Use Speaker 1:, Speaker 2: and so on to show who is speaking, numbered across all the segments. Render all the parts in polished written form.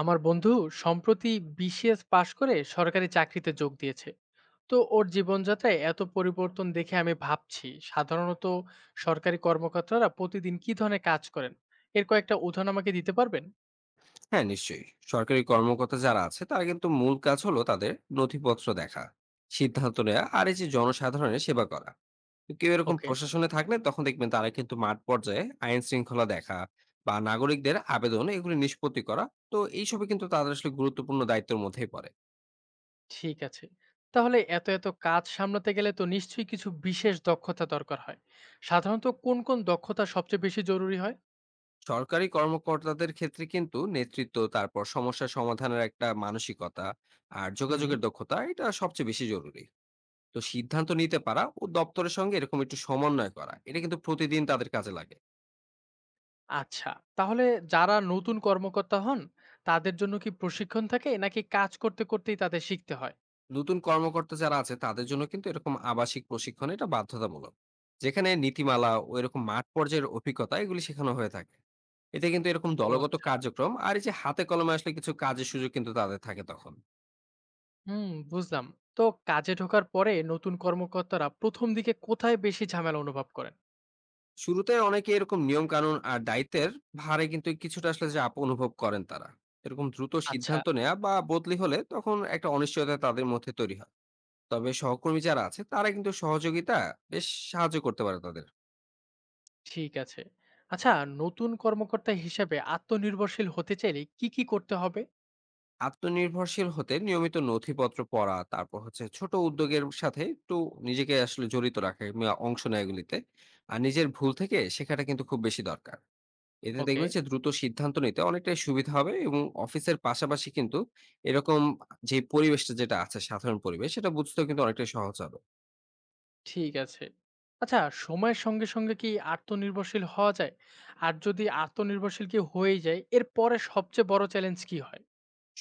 Speaker 1: আমার বন্ধু সম্প্রতি বিসিএস পাশ করে সরকারি চাকরিতে যোগ দিয়েছে। তো ওর জীবনযাত্রায় এত পরিবর্তন দেখে আমি ভাবছি, সাধারণত সরকারি কর্মকর্তারা প্রতিদিন কি ধরনের কাজ করেন? এর কয়েকটা উদাহরণ আমাকে দিতে পারবেন?
Speaker 2: হ্যাঁ নিশ্চয়ই। সরকারি কর্মকর্তা যারা আছে তারা কিন্তু মূল কাজ হলো তাদের নথিপত্র দেখা, সিদ্ধান্ত নেওয়া আর এই যে জনসাধারণের সেবা করা। তো কেউ এরকম
Speaker 1: ওকে,
Speaker 2: প্রশাসনে থাকলে তখন দেখবেন তারা কিন্তু মাঠ পর্যায়ে আইন শৃঙ্খলা দেখা বা নাগরিকদের আবেদন এগুলি নিষ্পত্তি করা। তো এইসবে কিন্তু তাদের আসলে গুরুত্বপূর্ণ দায়িত্বের মধ্যেই পড়ে।
Speaker 1: ঠিক আছে। তাহলে এত এত কাজ সামলাতে গেলে তো নিশ্চয়ই কিছু বিশেষ দক্ষতা দরকার হয়। সাধারণত কোন কোন দক্ষতা সবচেয়ে বেশি জরুরি হয়?
Speaker 2: সরকারি কর্মকর্তাদের ক্ষেত্রে কিন্তু নেতৃত্ব, তারপর সমস্যা সমাধানের একটা মানসিকতা আর
Speaker 1: হুম।
Speaker 2: যোগাযোগের দক্ষতা এটা সবচেয়ে বেশি জরুরি। তো সিদ্ধান্ত নিতে পারা ও দপ্তরের সঙ্গে এরকম একটু সমন্বয় করা এটা কিন্তু প্রতিদিন তাদের কাজে লাগে।
Speaker 1: আচ্ছা, তাহলে যারা নতুন কর্মকর্তা হন, তাদের জন্য কি প্রশিক্ষণ থাকে, নাকি কাজ করতে করতেই তাদের শিখতে হয়?
Speaker 2: নতুন কর্মকর্তা যারা আছে তাদের জন্য কিন্তু এরকম আবাসিক প্রশিক্ষণ এটা বাধ্যতামূলক, যেখানে নীতিমালা ও এরকম মাঠ পর্যায়ের অভিজ্ঞতা এগুলি শেখানো হয়ে থাকে। এতে কিন্তু এরকম
Speaker 1: ও
Speaker 2: দলগত
Speaker 1: আচ্ছা।
Speaker 2: কার্যক্রম আর এই যে হাতে কলমে আসলে কিছু কাজের সুযোগ কিন্তু তাদের থাকে তখন।
Speaker 1: হুম, বুঝলাম। তো কাজে ঢোকার পরে নতুন কর্মকর্তারা ১ম দিকে কোথায় বেশি ঝামেলা অনুভব করেন?
Speaker 2: শুরুতে অনেকে এরকম নিয়ম কানুন আর দায়িত্বের ভারে কিন্তু কিছুটা আসলে চাপ অনুভব করেন তারা। এরকম দ্রুত
Speaker 1: আচ্ছা,
Speaker 2: সিদ্ধান্ত নেওয়া বা বদলি হলে তখন একটা অনিশ্চয়তা তাদের মধ্যে তৈরি হয়। তবে সহকর্মী যারা আছে তারা কিন্তু সহযোগিতা, বেশ সাহায্য করতে পারে তাদের।
Speaker 1: ঠিক আছে। আচ্ছা, নতুন কর্মকর্তা হিসেবে আত্মনির্ভরশীল হতে চাইলে কি, কি করতে হবে?
Speaker 2: আত্মনির্ভরশীল হতে নিয়মিত নথিপত্র পড়া, তারপর হচ্ছে ছোট উদ্যোগের সাথে একটু নিজেকে আসলে জড়িত রাখা কিংবা অংশ নেয় এগুলিতে। আর নিজের ভুল থেকে শেখাটা কিন্তু খুব বেশি দরকার। এতে
Speaker 1: ওকে,
Speaker 2: দেখবেন যে দ্রুত সিদ্ধান্ত নিতে অনেকটাই সুবিধা হবে এবং অফিসের পাশাপাশি কিন্তু এরকম যে পরিবেশটা যেটা আছে, সাধারণ পরিবেশ সেটা বুঝতেও কিন্তু অনেকটাই সহজ হবে।
Speaker 1: ঠিক আছে। আচ্ছা, সময়ের সঙ্গে, সঙ্গে কি আত্মনির্ভরশীল হওয়া যায়? আর যদি আত্মনির্ভরশীল কি হয়ে যায়, এর পরে সবচেয়ে বড় চ্যালেঞ্জ কি হয়?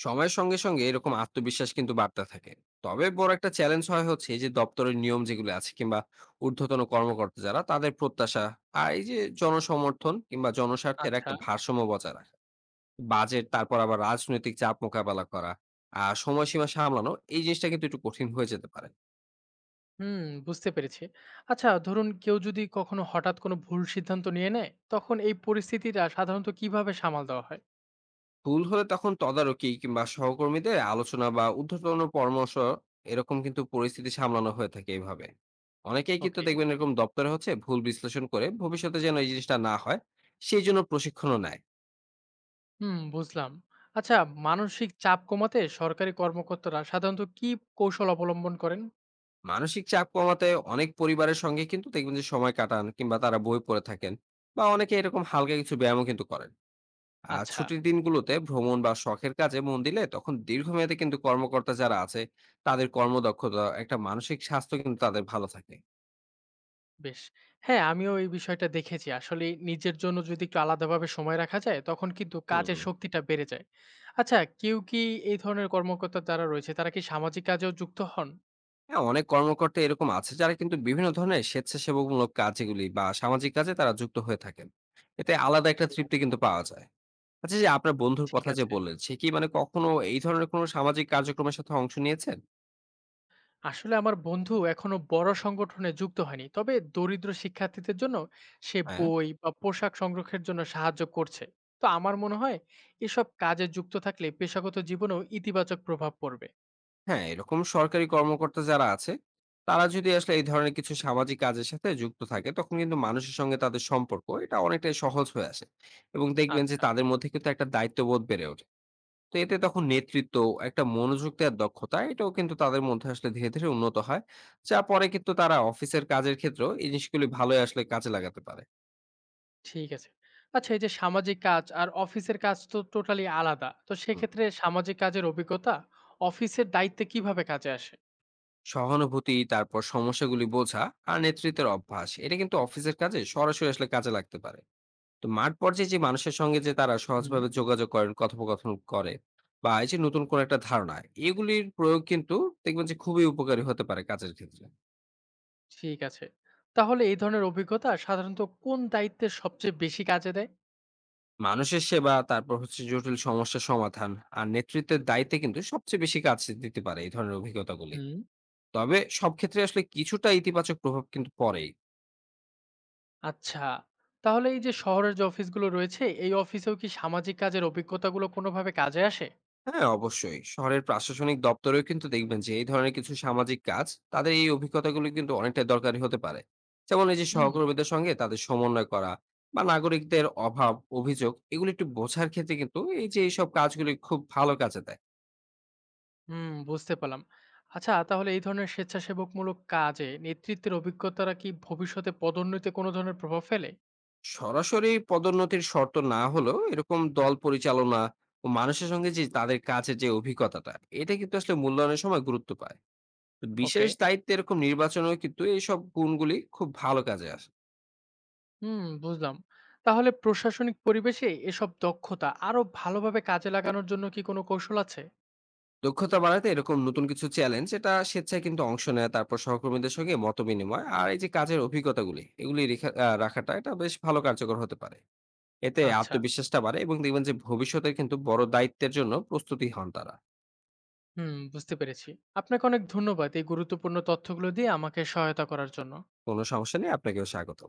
Speaker 2: সময়ের সঙ্গে সঙ্গে এরকম আত্মবিশ্বাস কিন্তু বাড়তে থাকে। তবে বড় একটা চ্যালেঞ্জ হয় হচ্ছে এই যে দপ্তরের নিয়ম যেগুলো আছে কিংবা ঊর্ধ্বতন কর্মকর্তা যারা তাদের প্রত্যাশা আর এই যে জনসমর্থন কিংবা জনস্বার্থের
Speaker 1: আচ্ছা।
Speaker 2: একটা ভারসাম্য বজায় রাখা। বাজেট, তারপর আবার রাজনৈতিক চাপ মোকাবেলা করা আর সময়সীমা সামলানো এই জিনিসটা কিন্তু একটু কঠিন হয়ে যেতে পারে।
Speaker 1: হুম, বুঝতে পেরেছি। আচ্ছা, ধরুন কেউ যদি কখনো হঠাৎ কোনো ভুল সিদ্ধান্ত নিয়ে নেয়, তখন এই পরিস্থিতিটা সাধারণত কিভাবে সামাল দেওয়া হয়?
Speaker 2: ভুল হলে তখন তদারকি কিংবা সহকর্মীদের আলোচনা বা ঊর্ধ্বতন পরামর্শ, এরকম কিন্তু পরিস্থিতি সামলানো হয়ে থাকে এইভাবে। অনেকেই কিন্তু
Speaker 1: ওকে।
Speaker 2: দেখবেন এরকম দপ্তরে হচ্ছে ভুল বিশ্লেষণ করে ভবিষ্যতে যেন এই জিনিসটা না হয় সেই জন্য প্রশিক্ষণও নেয়।
Speaker 1: হুম, বুঝলাম। আচ্ছা, মানসিক চাপ কমাতে সরকারি কর্মকর্তারা সাধারণত কি কৌশল অবলম্বন করেন?
Speaker 2: মানসিক চাপ কমাতে অনেক পরিবারের সঙ্গে কিন্তু দেখবেন যে সময় কাটান কিংবা তারা বই পড়ে থাকেন বা অনেকে এরকম হালকা কিছু ব্যায়ামও কিন্তু করেন। আর
Speaker 1: আচ্ছা,
Speaker 2: ছুটির দিনগুলোতে ভ্রমণ বা শখের কাজে মন দিলে তখন দীর্ঘমেয়াদে কিন্তু কর্মকর্তা যারা আছে তাদের কর্মদক্ষতা, একটা মানসিক স্বাস্থ্য কিন্তু তাদের ভালো থাকে।
Speaker 1: বেশ। হ্যাঁ, আমিও এই বিষয়টা দেখেছি। আসলে নিজের জন্য যদি একটু আলাদাভাবে সময় রাখা যায়, তখন কিন্তু কাজের
Speaker 2: হুম।
Speaker 1: শক্তিটা বেড়ে যায়। আচ্ছা, কেউ কি এই ধরনের কর্মকর্তা যারা রয়েছে, তারা কি সামাজিক কাজেও যুক্ত হন?
Speaker 2: হ্যাঁ, অনেক কর্মকর্তা এরকম আছে যারা কিন্তু বিভিন্ন ধরনের স্বেচ্ছাসেবামূলক কাজ এগুলি বা সামাজিক কাজে তারা যুক্ত হয়ে থাকেন। এতে আলাদা একটা
Speaker 1: ও
Speaker 2: তৃপ্তি কিন্তু পাওয়া যায়। আচ্ছা, যে আপনার বন্ধুর
Speaker 1: ঠিক
Speaker 2: কথা যে
Speaker 1: আছে।
Speaker 2: বললেন, সে কি মানে কখনো এই ধরনের কোনো সামাজিক কার্যক্রমের সাথে অংশ নিয়েছেন?
Speaker 1: আসলে আমার বন্ধু এখনো বড় সংগঠনে যুক্ত হয়নি, তবে দরিদ্র শিক্ষার্থীদের জন্য সে
Speaker 2: হ্যাঁ।
Speaker 1: বই বা পোশাক সংগ্রহের জন্য সাহায্য করছে। তো আমার মনে হয়, এসব কাজে যুক্ত থাকলে পেশাগত জীবনেও ইতিবাচক প্রভাব পড়বে।
Speaker 2: হ্যাঁ, এরকম সরকারি কর্মকর্তা যারা আছে, তারা যদি আসলে এই ধরনের কিছু সামাজিক কাজের সাথে যুক্ত থাকে, তখন কিন্তু মানুষের সঙ্গে তাদের সম্পর্ক এটা অনেকটাই সহজ হয়ে আসে। এবং দেখবেন যে
Speaker 1: আচ্ছা,
Speaker 2: তাদের মধ্যে কিন্তু একটা দায়িত্ববোধ বেড়ে ওঠে। তো এতে তখন নেতৃত্ব, একটা মনোযোগ দেওয়ার দক্ষতা এটাও কিন্তু তাদের মধ্যে আসলে ধীরে ধীরে উন্নত হয়। যা পরে কিন্তু তারা অফিসের কাজের ক্ষেত্রেও এই জিনিসগুলি ভালোই আসলে কাজে লাগাতে পারে।
Speaker 1: ঠিক আছে। আচ্ছা, এই যে সামাজিক কাজ আর অফিসের কাজ তো টোটালি আলাদা, তো
Speaker 2: হুম।
Speaker 1: সেক্ষেত্রে সামাজিক কাজের অভিজ্ঞতা অফিসের দায়িত্বে কিভাবে কাজে আসে?
Speaker 2: সহানুভূতি, তারপর সমস্যাগুলি বোঝা আর নেতৃত্বের অভ্যাস এটা কিন্তু অফিসের কাজে সরাসরি আসলে কাজে লাগতে পারে। তো মাঠ পর্যায়ে যে মানুষের সঙ্গে যে তারা
Speaker 1: হুম।
Speaker 2: সহজভাবে যোগাযোগ করেন, কথোপকথন করে বা এই যে নতুন কোনো একটা ধারণা, এগুলির প্রয়োগ কিন্তু দেখবেন যে খুবই উপকারী হতে পারে কাজের ক্ষেত্রে।
Speaker 1: ঠিক আছে। তাহলে এই ধরনের অভিজ্ঞতা সাধারণত কোন দায়িত্বে সবচেয়ে বেশি কাজে দেয়?
Speaker 2: মানুষের সেবা, তারপর হচ্ছে জটিল সমস্যার সমাধান আর নেতৃত্বের দায়িত্বে কিন্তু সবচেয়ে বেশি কাজ দিতে পারে এই ধরনের অভিজ্ঞতাগুলি।
Speaker 1: হুম।
Speaker 2: তবে সব ক্ষেত্রে আসলে কিছুটা ইতিবাচক প্রভাব কিন্তু পড়েই।
Speaker 1: আচ্ছা। তাহলে এই যে শহরের যে অফিসগুলো রয়েছে, এই অফিসেও কি সামাজিক কাজের অভিজ্ঞতাগুলো কোনোভাবে কাজে আসে?
Speaker 2: হ্যাঁ, অবশ্যই শহরের প্রশাসনিক দপ্তরেও কিন্তু দেখবেন যে এই ধরনের কিছু সামাজিক কাজ, তাদের এই অভিজ্ঞতাগুলি কিন্তু অনেকটাই দরকারি হতে পারে। যেমন এই যে
Speaker 1: হুম।
Speaker 2: সহকর্মীদের সঙ্গে তাদের সমন্বয় করা বা নাগরিকদের অভাব অভিযোগ এগুলি একটু বোঝার ক্ষেত্রে কিন্তু এই যে এইসব কাজগুলি খুব ভালো কাজে দেয়।
Speaker 1: হুম, বুঝতে পারলাম। আচ্ছা, তাহলে এই ধরনের স্বেচ্ছাসেবকমূলক কাজে নেতৃত্বের অভিজ্ঞতারা কি ভবিষ্যতে পদোন্নতিতে কোনো ধরনের প্রভাব ফেলে?
Speaker 2: সরাসরি পদোন্নতির শর্ত না হলেও এরকম দল পরিচালনা ও মানুষের সঙ্গে যে তাদের কাছে যে অভিজ্ঞতাটা, এটা কিন্তু আসলে মূল্যায়নের সময় গুরুত্ব পায়। তো বিশেষ
Speaker 1: ওকে।
Speaker 2: দায়িত্বে এরকম নির্বাচনেও কিন্তু এইসব গুণগুলি খুব ভালো কাজে আসে।
Speaker 1: হুম, বুঝলাম। তাহলে প্রশাসনিক পরিবেশে এসব দক্ষতা আরো ভালোভাবে কাজে লাগানোর জন্য কি কোনো কৌশল আছে?
Speaker 2: দক্ষতা বাড়াতে এরকম নতুন কিছু চ্যালেঞ্জ এটা স্বেচ্ছায় কিন্তু অংশ নেয়, তারপর সহকর্মীদের সঙ্গে মত বিনিময় আর এই যে কাজের অভিজ্ঞতাগুলি এগুলি রাখাটা এটা বেশ ভালো কার্যকর হতে পারে। এতে
Speaker 1: আচ্ছা।
Speaker 2: আত্মবিশ্বাসটা বাড়ে এবং দেখবেন যে ভবিষ্যতের কিন্তু বড় দায়িত্বের জন্য প্রস্তুতি হন তারা।
Speaker 1: হুম, বুঝতে পেরেছি। আপনাকে অনেক ধন্যবাদ এই গুরুত্বপূর্ণ তথ্যগুলো দিয়ে আমাকে সহায়তা করার জন্য।
Speaker 2: কোনো সমস্যা নেই, আপনাকেও স্বাগত।